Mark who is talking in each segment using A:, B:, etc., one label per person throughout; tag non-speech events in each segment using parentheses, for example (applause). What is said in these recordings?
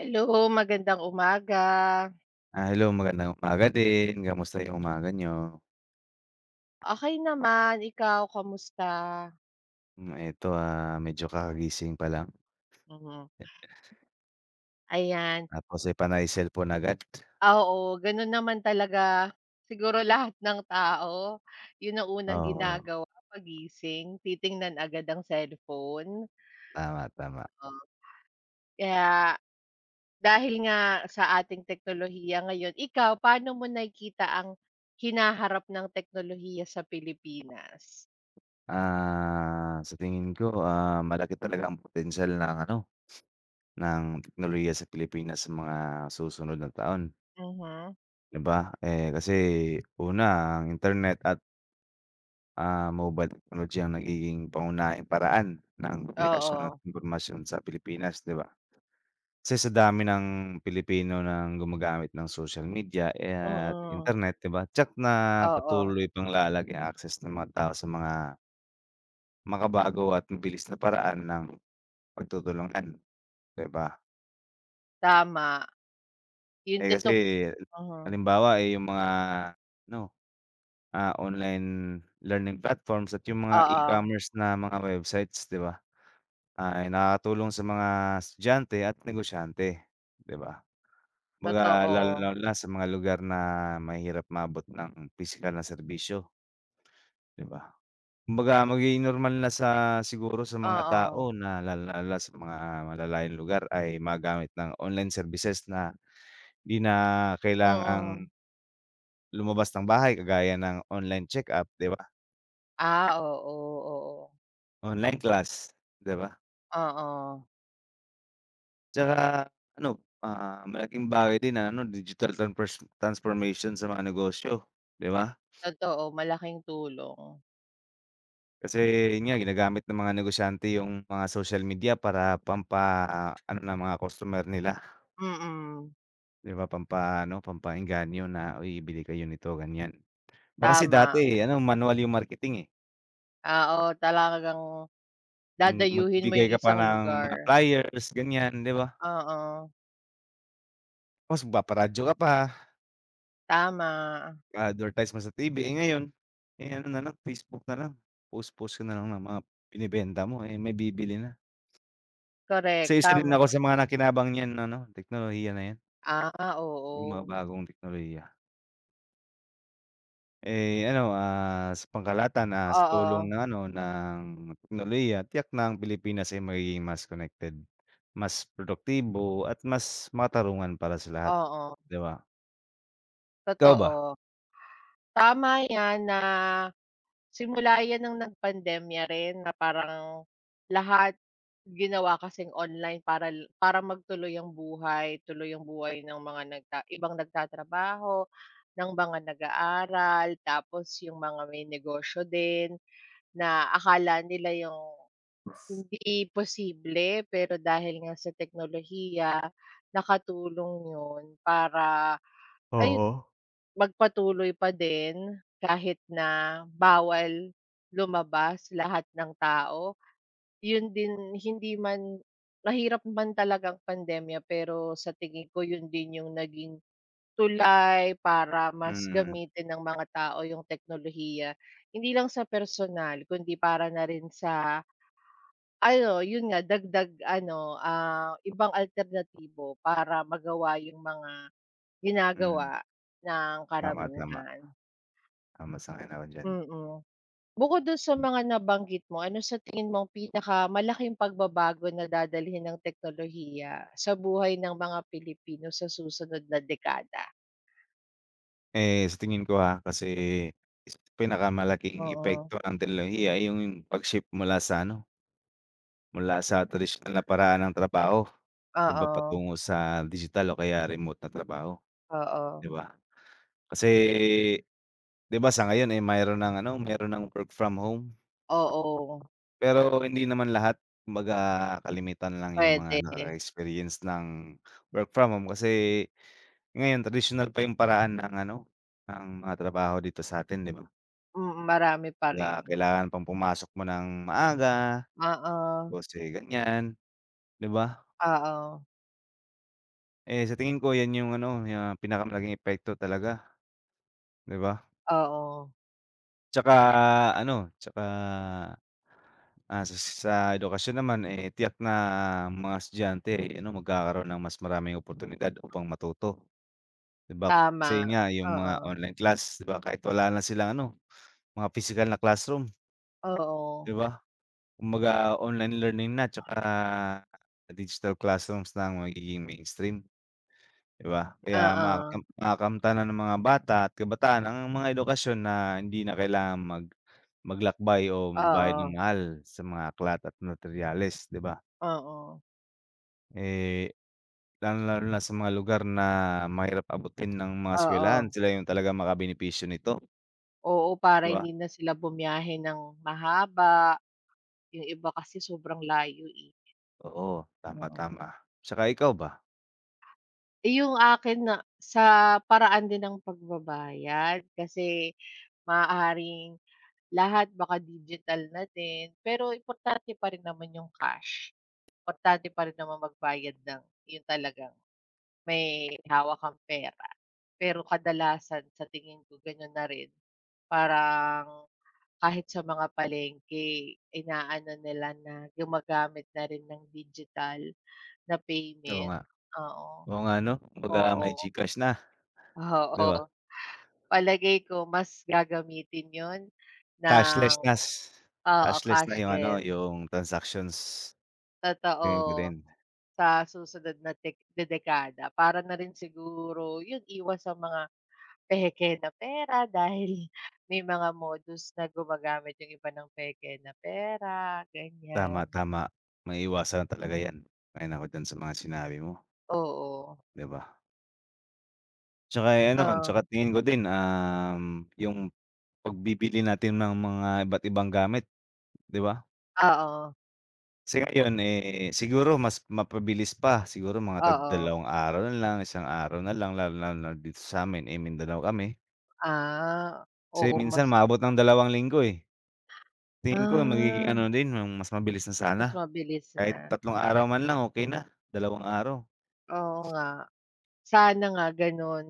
A: Hello, magandang umaga.
B: Hello, magandang umaga din, kamusta yung umaga niyo?
A: Okey naman, ikaw kamusta?
B: Medyo kakagising pa lang
A: Mhm, ayan.
B: tapos, panay cellphone agad.
A: Oo, gano'n naman talaga siguro (laughs) lahat ng tao. 'Yun ang unang
B: Oo,
A: ginagawa pagising titingnan agad ang cellphone.
B: tama, tama.
A: Oh, kaya dahil nga sa ating teknolohiya ngayon, ikaw paano mo nakikita ang hinaharap ng teknolohiya sa Pilipinas?
B: Sa tingin ko, malaki talaga ang potensyal ng ng teknolohiya sa Pilipinas sa mga susunod na taon,
A: Mhm,
B: 'di ba? Kasi una ang internet at, mobile technology ang nagiging pangunahing paraan ng komunikasyon at
A: oo,
B: impormasyon sa Pilipinas, 'di ba? Kasi sa dami ng Pilipino ng gumagamit ng social media at
A: mm,
B: internet, 'di ba, tiyak na
A: oo,
B: patuloy pang lalag yung access ng mga tao sa mga makabago at mabilis na paraan ng pagtutulungan, 'di ba?
A: tama. Yung
B: Kasi
A: totoo mhm,
B: halimbawa, yung mga ano, online learning platforms at yung mga
A: oo,
B: e-commerce na mga websites, 'di ba, ay nakakatulong sa mga estudyante at negosyante, 'di ba? Kumbaga
A: totoo,
B: lalong-lalo na sa mga lugar na mahirap maabot ng pisikal na serbisyo, 'di ba? Kumbaga magiging normal na sa siguro sa mga tao
A: oo,
B: na lalong-lalo na sa mga malalayong lugar ay magamit ng online services na 'di na
A: mm.
B: kailangang lumabas ng bahay kagaya ng online check-up, 'di ba?
A: Ah, oo, oo,
B: Online class, 'di ba?
A: oo,
B: Tsaka ano, malaking bagay din ang digital transformation sa mga negosyo, 'di ba?
A: totoo malaking tulong,
B: Kasi yun nga ginagamit ng mga negosyante yung mga social media para pampa-ano ng mga customer nila,
A: mm,
B: 'di ba, pampaano, pampaengganyo na, "Uy, bili kayo nito," ganyan. Iba kasi
A: tama.
B: dati ano manual yung marketing,
A: Oo, talagang dadayuhin mo
B: magbibigay
A: yung
B: ka pa
A: isang
B: ng mga
A: lugar,
B: flyers ganyan, 'di ba?
A: oo,
B: Tapos magpaparadyo ka pa,
A: tama,
B: advertise mo sa TV. Ngayon, eh, ano na lang Facebook na lang, post-post ka na lang ng mga binebenta mo, eh, may bibili na.
A: correct,
B: Kasi isa din ako
A: tama.
B: sa mga nakinabang niyan ano, teknolohiya na yan,
A: Ah,
B: yung mga
A: oo,
B: bagong teknolohiya. Sa pangkalahatan, sa
A: oo,
B: tulong ng ng teknolohiya tiyak na ang Pilipinas ay magiging mas connected, mas produktibo at mas makatarungan para sa lahat,
A: oo,
B: 'di ba? Ikaw ba?
A: totoo. Tama 'yan na simula 'yan ng nagpandemya rin na parang lahat ginawa kasing online para magtuloy ang buhay, tuloy ang buhay ng mga ibang nagtatrabaho, ng mga nag-aaral, tapos yung mga may negosyo din na akala nila yung hindi posible pero dahil nga sa teknolohiya nakatulong yun para ay
B: Oo.
A: magpatuloy pa din kahit na bawal lumabas lahat ng tao. Yun din hindi man mahirap man talagang pandemya pero sa tingin ko yun din yung naging tulay para mas
B: Mm,
A: gamitin ng mga tao yung teknolohiya. Hindi lang sa personal kundi para na rin sa ano, yun nga dagdag ano, ibang alternatibo para magawa yung mga
B: mm.
A: ginagawa ng
B: Tama, tama.
A: karamihan.
B: Tama sa'kin ako diyan.
A: Mm. Bukod dun sa mga nabanggit mo, ano sa tingin mo ang pinakamalaking pagbabago na dadalhin ng teknolohiya sa buhay ng mga Pilipino sa susunod na dekada?
B: Sa tingin ko, ha, kasi is pinakamalaking
A: Oo,
B: epekto ng teknolohiya ay yung pag-shift mula sa mula sa tradisyonal na paraan ng trabaho, 'di ba,
A: oo,
B: patungo sa digital o kaya remote na trabaho.
A: oo,
B: 'Di ba? Kasi 'di ba sa ngayon, mayroon ng mayroon ng work from home,
A: oo,
B: pero hindi naman lahat. Kumbaga kalimitan lang yung
A: pwede
B: mga nakaka-experience ng work from home kasi ngayon tradisyonal pa yung paraan ng ng mga trabaho dito sa'tin, 'di ba?
A: mm, marami pa rin.
B: Kaya kailangan pang pumasok mo ng maaga,
A: Oo,
B: 12 ganyan, 'di ba?
A: oo,
B: Sa tingin ko yan yung yung pinakamalaking epekto talaga, 'di ba?
A: oo,
B: Tsaka tsaka, sa edukasyon naman, tiyak na mga estudyante ay magkakaroon ng mas maraming oportunidad upang matuto, 'di ba?
A: tama,
B: Kasi yun nga, yung mga
A: oo,
B: online class, 'di ba, kahit wala na silang mga pisikal na classroom,
A: oo,
B: 'di ba? Kumbaga online learning na tsaka digital classrooms na ang magiging mainstream. 'Di ba? Kaya
A: oo,
B: makakam makakamtan ng mga bata at kabataan ang mga edukasyon na hindi na kailangang maglakbay o magbayad ng
A: oo,
B: mahal sa mga aklat at materyales, 'di ba?
A: oo,
B: Eh, Lalong-lalo na sa mga lugar na mahirap abutin ng mga
A: oo.
B: eskuwelahan, sila yung talagang makabenepisyo nito,
A: Oo, para
B: 'di ba?
A: hindi na sila bumiyahe ng mahaba. Yung iba kasi sobrang layo, eh.
B: Oo, tama,
A: Oo.
B: tama. Tsaka ikaw ba?
A: Eh, yung akin na sa paraan din ng pagbabayad kasi maaaring lahat baka digital na din, pero importante pa rin naman yung cash. Importante pa rin naman magbayad ng yun talagang may hawak kang pera. Pero kadalasan sa tingin ko ganun na rin, parang kahit sa mga palengke inaano nila na gumagamit na rin ng digital. Na
B: Oo nga,
A: payment, oo,
B: oo nga 'no? Kumbaga may
A: oo,
B: GCash na, 'di ba?
A: oo. Palagay ko mas gagamitin yon
B: Cashless
A: ng
B: nas
A: oo,
B: cashless na yung
A: cashless,
B: yung transactions. Tingin ko
A: totoo,
B: din.
A: sa susunod na tek na dekada para na rin siguro 'yun iwas sa mga peke na pera (laughs) dahil may mga modus na gumagamit yung iba ng peke na pera,
B: Tama,
A: ganiyan.
B: tama. Maiiwasan talaga 'yan. Kaya ayon ako diyan sa mga sinabi mo,
A: Oo,
B: 'di ba? Tsaka, Mm.
A: oo,
B: Tsaka tingin ko din, yung pagbibili natin ng mga iba't ibang gamit, 'di ba?
A: oo,
B: Kasi ngayon, siguro mas mapabilis pa, siguro mga tag
A: oo.
B: dalawang araw na lang, isang araw na lang, lalo-lalo na dito sa'min, eh, Mindanao kami.
A: Ah,
B: Kasi
A: oo mas
B: minsan umaabot ng dalawang linggo, eh. Tingin ko magiging
A: ah.
B: mas mabilis na sana.
A: Mas mabilis na,
B: Kahit tatlong araw man lang okey na, dalawang araw.
A: oo nga. Sana nga gano'n.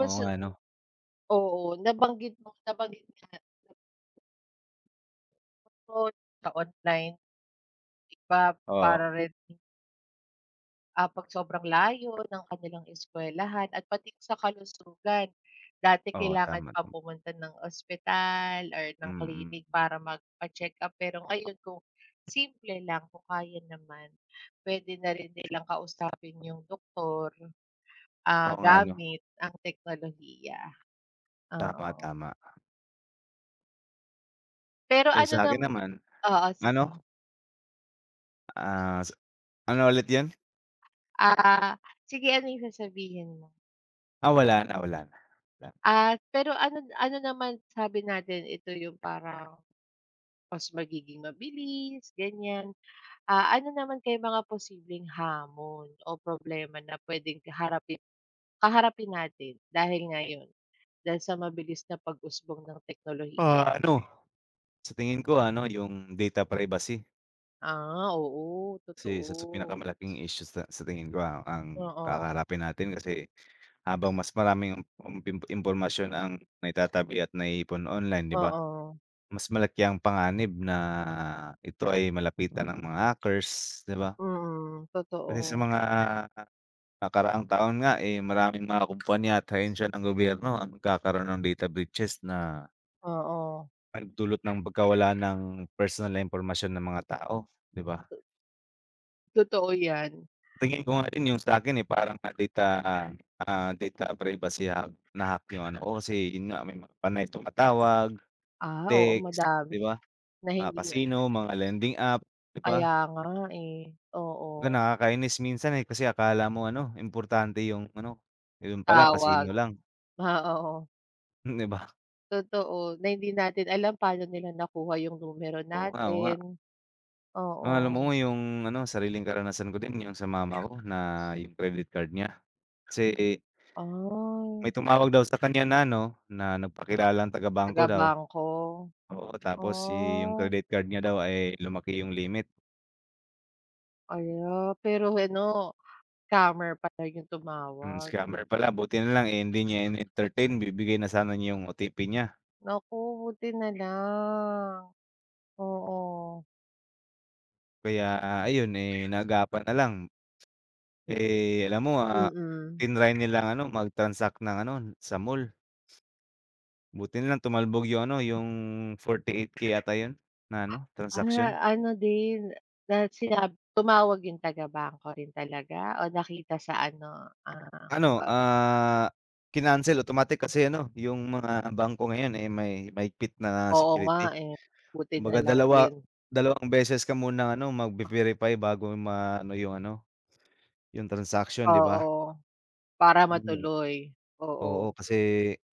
B: Oo nga 'no?
A: oo, nabanggit mo sa online, 'di ba, para
B: Oo,
A: rin, 'pag sobrang layo ng kanilang eskuwelahan at pati sa kalusugan. Dati
B: oo,
A: kailangan
B: tama.
A: pang pumunta ng ospital or ng
B: Mm.
A: clinic para magpa-check-up, pero ngayon kung simple lang, kung kaya naman, pwede na rin nilang kausapin yung doktor,
B: Oo nga 'no,
A: gamit ang teknolohiya.
B: tama,
A: Oo.
B: tama.
A: Pero ano
B: Sa'kin naman
A: oo,
B: ano,
A: sige.
B: ah, s ano ulit 'yun?
A: Ah, sige ano yung sasabihin mo?
B: Wala na, wala na, wala na.
A: At pero ano ano naman sabi natin ito yung parang mas magiging mabilis, ganyan. Ah, ano naman kaya mga posibleng hamon o problema na pwedeng harapin kaharapin natin dahil nga yun, dahil sa mabilis na pag-usbong ng teknolohiya?
B: Ah, ano, sa tingin ko yung data privacy
A: Ah, oo,
B: kasi isa sa
A: totoo.
B: pinakamalaking issue sa tingin ko ang
A: Oo,
B: kakaharapin natin kasi habang mas maraming um, im impormasyon ang naitatabi at naiipon online, 'di ba,
A: oo.
B: mas malaki ang panganib na ito ay malapitan ng mga hackers, 'di ba?
A: Mm,
B: Kasi sa
A: totoo.
B: mga nakaraang taon nga, maraming mga kumpanya at ahensya ng gobyerno ang nagkakaroon ng data breaches na
A: Oo,
B: nagdulot ng pagkawala ng personal na impormasyon ng mga tao, 'di ba?
A: totoo yan.
B: Tingin ko nga din yung sa'kin, parang na data privacy hack na hack yung ano ko kasi yun nga may mga panay tumatawag,
A: Ah, oo
B: text,
A: madami
B: 'di ba?
A: na
B: Mga
A: hindi na
B: casino, mga lending app, 'di ba?
A: kaya nga eh, oo,
B: Na nakakainis minsan, eh, kasi akala mo ano importante yung ano, yun pala
A: tawag.
B: casino lang,
A: (laughs) Ah, oo,
B: (laughs) 'di ba?
A: totoo na hindi natin alam paano nila nakuha yung numero
B: Oo nga, oo nga.
A: natin, oo.
B: Alam mo yung ano, sariling karanasan ko din yung sa mama ko na yung credit card niya. Kasi
A: Ay,
B: may tumawag daw sa kanya na ano, na nagpakilalang taga-bangko daw.
A: taga-bangko.
B: Oo, tapos i yung
A: Oh,
B: credit card niya daw ay lumaki yung limit.
A: ala pero ano, scammer pala yung tumawag.
B: Scammer pala buti na lang, eh, hindi niya entertain bibigay na sana niya yung OTP niya.
A: Naku buti na lang, oo,
B: Kaya ayun, eh, naagapan na lang. Alam mo,
A: mm.
B: tinry nilang mag-transact ng ano, sa mall. Buti na lang tumalbog yung ano, yung 48K yata yun na ano,
A: Ah,
B: transaksyon.
A: ano din na sinabi tumawag yung taga-bangko rin talaga o nakita sa ano,
B: Ano, ah, Kinancel automatic kasi ano, yung mga bangko ngayon, eh, may mahigpit na
A: oo nga,
B: security.
A: eh, buti na
B: Kumbaga
A: lang din.
B: dalawang beses ka munang ano, magve-verify bago maano yung ano, yung transaction, 'di ba?
A: Oo, para
B: Yun nga
A: matuloy. Oo,
B: oo, kasi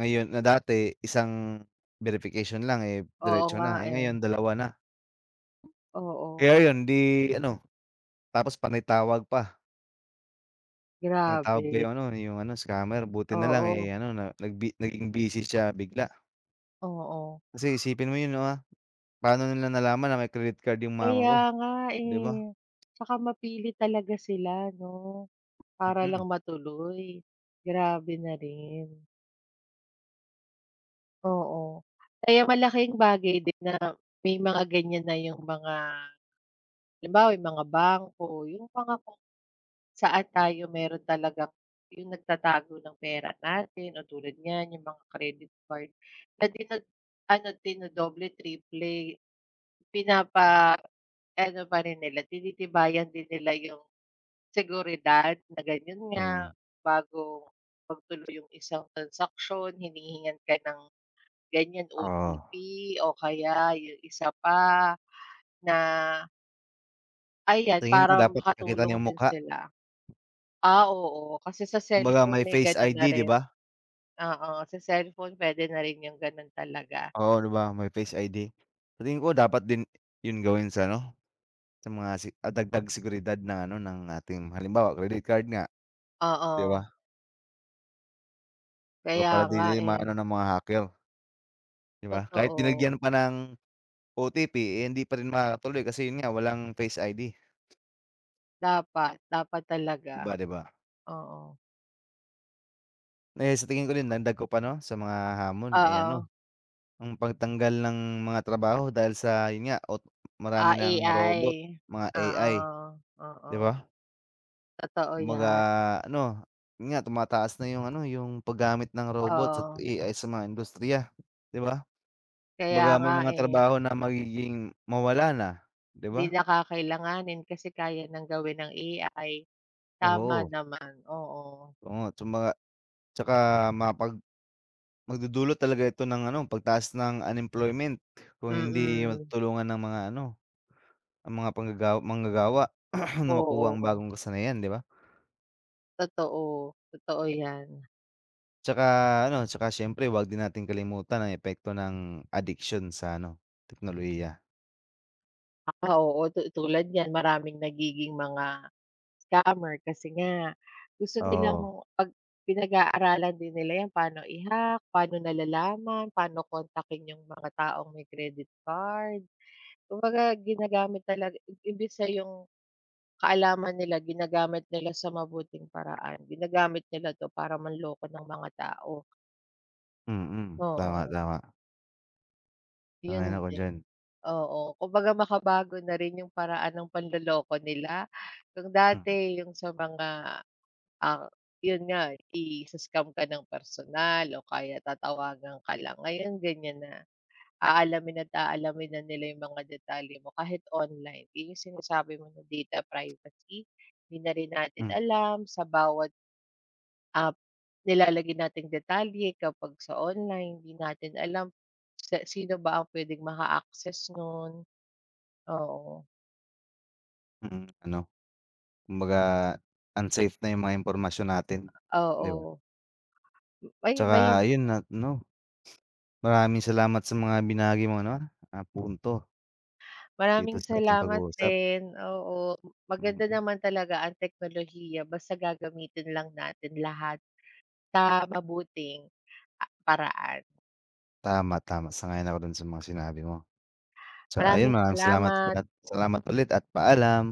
B: ngayon na dati isang verification lang, eh,
A: oo
B: diretso
A: nga,
B: na, eh,
A: eh.
B: ngayon dalawa na.
A: Oo,
B: Kaya yun, 'di ano, tapos panay-tawag pa
A: grabe.
B: yung scammer. Buti na lang,
A: Oo,
B: eh, ano na naging busy siya bigla.
A: oo.
B: Kasi isipin mo yun, no, ah. Paano nila nalaman na may credit card yung mama
A: Kaya
B: ko,
A: nga,
B: 'di ba?
A: eh, tsaka mapilit talaga sila 'no, para
B: Mm.
A: lang matuloy. Grabe na rin. Oo, kaya malaking bagay din na may mga ganyan na yung mga halimbawa yung mga bangko, yung mga kung saan tayo meron talagang yung nagtatago ng pera natin o tulad niyan yung mga credit card na ano dinodoble, triple, pinapa ano pa rin nila, tinitibayan din nila yung seguridad na ganyan nga
B: Mm,
A: bago magtuloy yung isang transaksyon hinihingan ka ng ganyan
B: oo.
A: OTP o kaya yung isa pa na ayan
B: Tingin ko
A: para
B: dapat ipakita niya
A: makatulong
B: yung
A: din
B: mukha,
A: sila. Ah, oo kasi sa
B: kumbaga
A: cellphone
B: may
A: may
B: face
A: gano'n na
B: ID, 'di
A: rin,
B: ba?
A: oo sa cellphone puwede na rin yung gano'n talaga,
B: Oo, 'di ba, may face ID. Sa tingin ko dapat din yun gawin sa sa mga dagdag seguridad ng ng ating halimbawa credit card nga, 'di
A: oo.
B: ba? Kumbaga
A: Kaya
B: para
A: nga,
B: hindi
A: eh,
B: maano ng mga hacker, 'di ba? Kahit
A: totoo
B: binigyan pa ng OTP, eh, hindi pa rin makakatuloy kasi yun nga walang face ID,
A: dapat, dapat
B: 'di
A: talaga,
B: ba, 'di ba?
A: oo.
B: Sa tingin ko din dagdag ko pa 'no, sa mga hamon, eh, ano
A: Oo,
B: ang pagtanggal ng mga trabaho dahil sa yun nga marami ng robot,
A: AI,
B: mga AI,
A: oo,
B: 'di
A: oo,
B: ba?
A: totoo
B: Kumbaga
A: yan,
B: ano, yun nga tumataas na yung yung paggamit ng robots at
A: oo.
B: AI sa mga industriya, 'di ba?
A: Kaya
B: Kumbaga may
A: nga,
B: mga
A: eh.
B: trabaho na magiging mawala na, 'di
A: Hindi
B: ba?
A: na kakailanganin kasi kaya ng gawin ng AI, tama
B: Oo,
A: naman, oo.
B: oo, tsumbaga tsaka mapag magdudulot talaga ito ng pagtaas ng unemployment kung hindi
A: Mm,
B: matutulungan ng mga ang mga manggagawa (clears throat) na makuha ang
A: oo,
B: bagong kasanayan, 'di ba?
A: totoo, totoo 'yan.
B: Tsaka tsaka siyempre 'wag din natin kalimutan ang epekto ng addiction sa teknolohiya.
A: Ah, oo, tulad niyan maraming nagiging mga scammer kasi nga gusto nilang
B: Oo,
A: 'pag pinag-aaralan din nila 'yan paano i-hack, paano nalalaman, paano kontakin yung mga taong may credit card. Kumbaga ginagamit talaga imbes na yung kaalaman nila ginagamit nila sa mabuting paraan, ginagamit nila 'to para manloko ng mga tao,
B: mm. Tama,
A: oo,
B: tama. Sang-ayon
A: yun
B: ako
A: din,
B: diyan.
A: oo. Kumbaga makabago na rin yung paraan ng panloloko nila, kung
B: Mm,
A: dati yung sa mga, ah, yun nga i-i-scam ka ng personal o kaya tatawagan ka lang, ngayon ganyan na. Aalamin at aalamin na nila yung mga detalye mo kahit online, yun yung sinasabi mo na data privacy, hindi na rin natin
B: mm,
A: alam sa bawat ah, nilalagay nating detalye kapag sa online, hindi natin alam sa sino ba ang puwedeng maka-access nun, oo.
B: mm. Kumbaga unsafe na yung mga impormasyon natin, 'di ba?
A: Oo. Ay,
B: Tsaka
A: may
B: ayun at maraming salamat sa mga binahagi mong punto dito
A: maraming
B: sa ating
A: salamat
B: pag-uusap.
A: din, oo. Maganda
B: Mm.
A: naman talaga ang teknolohiya basta gagamitin lang natin lahat sa mabuting paraan.
B: Tama, tama sang-ayon ako dun sa mga sinabi mo. Tsaka ayun,
A: Maraming
B: maraming salamat
A: salamat.
B: at salamat ulit at paalam.